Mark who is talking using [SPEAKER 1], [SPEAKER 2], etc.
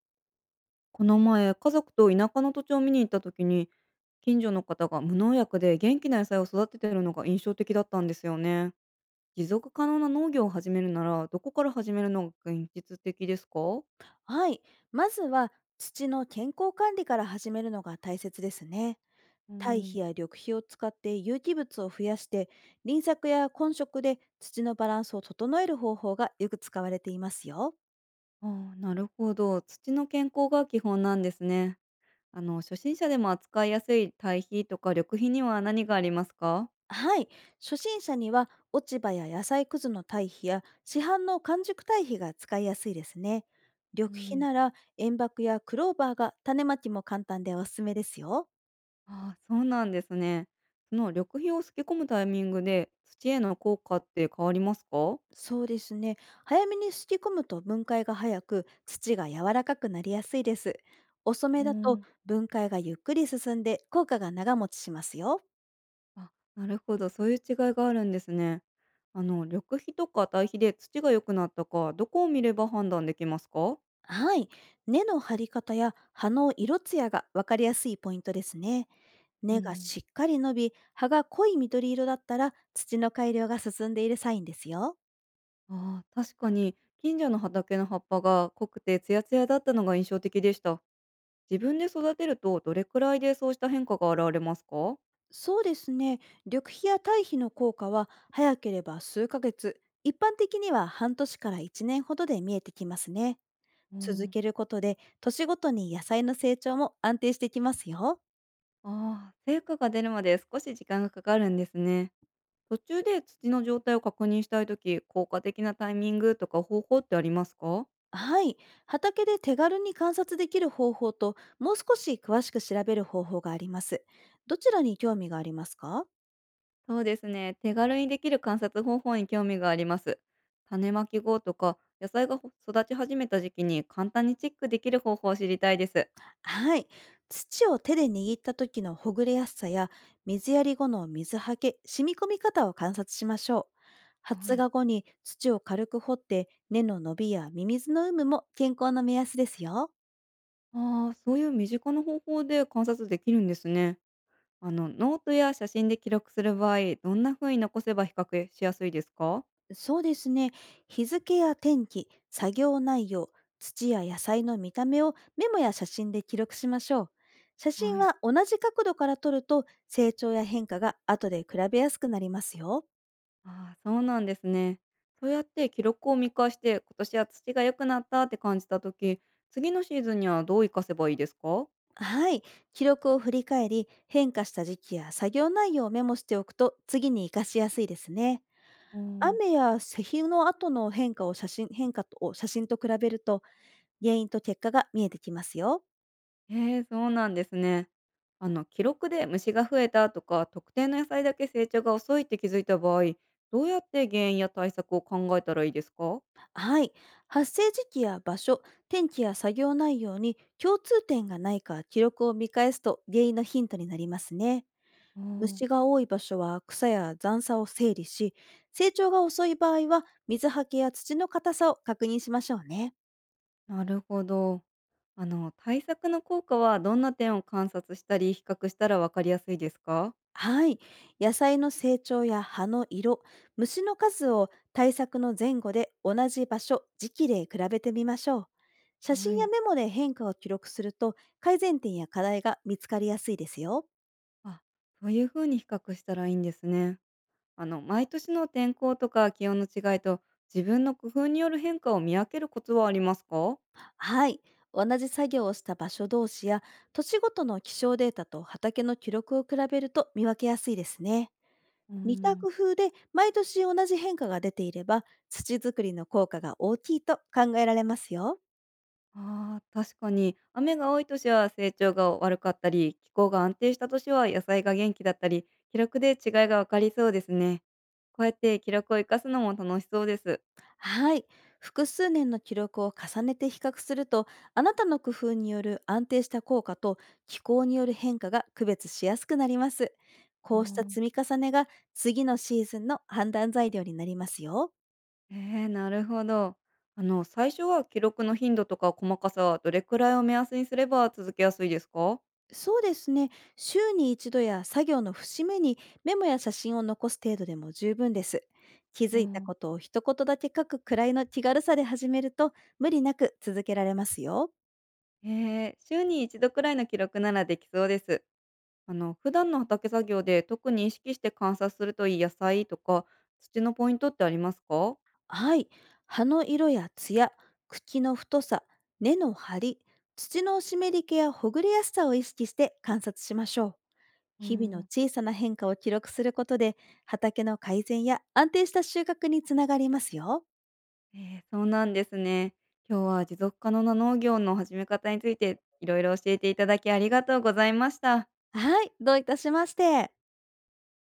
[SPEAKER 1] この前、家族と田舎の土地を見に行った時に、近所の方が無農薬で元気な野菜を育てているのが印象的だったんですよね。持続可能な農業を始めるなら、どこから始めるのが現実的ですか？
[SPEAKER 2] はい。まずは土の健康管理から始めるのが大切ですね。
[SPEAKER 1] う
[SPEAKER 2] 堆
[SPEAKER 1] ん。
[SPEAKER 2] 肥や緑肥を使って有機物を増やして、輪作や混植で土のバランスを整える方法がよく使われていますよ。
[SPEAKER 1] ああ、なるほど。土の健康が基本なんですね。初心者でも扱いやすい堆肥とか緑肥には何がありますか？
[SPEAKER 2] はい。初心者には落ち葉や野菜くずの堆肥や市販の完熟堆肥が使いやすいですね。緑
[SPEAKER 1] う
[SPEAKER 2] 肥
[SPEAKER 1] ん。
[SPEAKER 2] なら塩爆やクローバーが種まきも簡単でおすすめですよ。
[SPEAKER 1] ああ、そうなんですね。その緑肥をすき込むタイミングで、土への効果って変わりますか？
[SPEAKER 2] そうですね。早めにすき込むと分解が早く、土が柔らかくなりやすいです。遅
[SPEAKER 1] う
[SPEAKER 2] めだと、
[SPEAKER 1] ん。
[SPEAKER 2] 分解がゆっくり進んで効果が長持ちしますよ。
[SPEAKER 1] あ、なるほど、そういう違いがあるんですね。緑肥とか堆肥で土が良くなったか、どこを見れば判断できますか？
[SPEAKER 2] はい。根の張り方や葉の色艶が分かりやすいポイントですね。
[SPEAKER 1] う
[SPEAKER 2] 根が
[SPEAKER 1] ん。
[SPEAKER 2] しっかり伸び、葉が濃い緑色だったら、土の改良が進んでいるサインですよ。
[SPEAKER 1] あー、確かに近所の畑の葉っぱが濃くてツヤツヤだったのが印象的でした。自分で育てるとどれくらいでそうした変化が現れますか？
[SPEAKER 2] そうですね。緑肥や堆肥の効果は早ければ数ヶ月、一般的には半年から1年ほどで見えてきますね。
[SPEAKER 1] う
[SPEAKER 2] 続
[SPEAKER 1] ん。
[SPEAKER 2] けることで、年ごとに野菜の成長も安定してきますよ。
[SPEAKER 1] ああ、成果が出るまで少し時間がかかるんですね。途中で土の状態を確認したいとき、効果的なタイミングとか方法ってありますか？
[SPEAKER 2] はい。畑で手軽に観察できる方法と、もう少し詳しく調べる方法があります。どちらに興味がありますか？
[SPEAKER 1] そうですね。手軽にできる観察方法に興味があります。種まき後とか、野菜がほ育ち始めた時期に簡単にチェックできる方法を知りたいです。
[SPEAKER 2] はい。土を手で握った時のほぐれやすさや、水やり後の水はけ、染み込み方を観察しましょう。
[SPEAKER 1] は
[SPEAKER 2] 発
[SPEAKER 1] い。
[SPEAKER 2] 芽後に土を軽く掘って、根の伸びやミミズの有無も健康の目安ですよ。
[SPEAKER 1] ああ、そういう身近な方法で観察できるんですね。ノートや写真で記録する場合、どんな風に残せば比較しやすいですか？
[SPEAKER 2] そうですね。日付や天気、作業内容、土や野菜の見た目をメモや写真で記録しましょう。写真
[SPEAKER 1] はい。
[SPEAKER 2] は同じ角度から撮ると、成長や変化が後で比べやすくなりますよ。
[SPEAKER 1] ああ、そうなんですね。そうやって記録を見返して、今年は土が良くなったって感じた時、次のシーズンにはどう活かせばいいですか？
[SPEAKER 2] はい。記録を振り返り、変化した時期や作業内容をメモしておくと、次に活かしやすいですね。
[SPEAKER 1] あー。
[SPEAKER 2] 雨や施肥の後の変化を写真、変化とを写真と比べると、原因と結果が見えてきますよ。
[SPEAKER 1] ええ、そうなんですね。記録で虫が増えたとか、特定の野菜だけ成長が遅いって気づいた場合、どうやって原因や対策を考えたらいいですか？
[SPEAKER 2] はい。発生時期や場所、天気や作業内容に共通点がないか記録を見返すと、原因のヒントになりますね。
[SPEAKER 1] うん。
[SPEAKER 2] 虫が多い場所は草や残砂を整理し、成長が遅い場合は水はけや土の硬さを確認しましょうね。
[SPEAKER 1] なるほど。対策の効果はどんな点を観察したり比較したらわかりやすいですか？
[SPEAKER 2] はい。野菜の成長や葉の色、虫の数を対策の前後で同じ場所、時期で比べてみましょう。写
[SPEAKER 1] は
[SPEAKER 2] 真や
[SPEAKER 1] い。
[SPEAKER 2] メモで変化を記録すると、改善点や課題が見つかりやすいですよ。
[SPEAKER 1] あ、そういうふうに比較したらいいんですね。毎年の天候とか気温の違いと、自分の工夫による変化を見分けるコツはありますか？
[SPEAKER 2] はい。同じ作業をした場所同士や土地ごとの気象データと畑の記録を比べると、見分けやすいですね。
[SPEAKER 1] う
[SPEAKER 2] 似た
[SPEAKER 1] ん。
[SPEAKER 2] 工夫で毎年同じ変化が出ていれば、土作りの効果が大きいと考えられますよ。
[SPEAKER 1] ああ、確かに。雨が多い年は成長が悪かったり、気候が安定した年は野菜が元気だったり、記録で違いがわかりそうですね。こうやって記録を生かすのも楽しそうです。
[SPEAKER 2] はい。複数年の記録を重ねて比較すると、あなたの工夫による安定した効果と気候による変化が区別しやすくなります。
[SPEAKER 1] あ
[SPEAKER 2] こうした
[SPEAKER 1] ん。
[SPEAKER 2] 積み重ねが、次のシーズンの判断材料になりますよ。
[SPEAKER 1] えー、なるほど。最初は記録の頻度とか細かさはどれくらいを目安にすれば続けやすいですか？
[SPEAKER 2] そうですね。週に一度や作業の節目に、メモや写真を残す程度でも十分です。気
[SPEAKER 1] う
[SPEAKER 2] づいた
[SPEAKER 1] ん。
[SPEAKER 2] ことを一言だけ書くくらいの気軽さで始めると、無理なく続けられますよ。
[SPEAKER 1] えー、週に一度くらいの記録ならできそうです。普段の畑作業で特に意識して観察するといい野菜とか、土のポイントってありますか？
[SPEAKER 2] はい。葉の色や艶、茎の太さ、根の張り、土の湿り気やほぐれやすさを意識して観察しましょう。
[SPEAKER 1] う
[SPEAKER 2] 日々の
[SPEAKER 1] ん、
[SPEAKER 2] 小さな変化を記録することで、畑の改善や安定した収穫につながりますよ。
[SPEAKER 1] ええ、そうなんですね。今日は持続可能な農業の始め方について、いろいろ教えていただきありがとうございました。
[SPEAKER 2] はい。どういたしまして。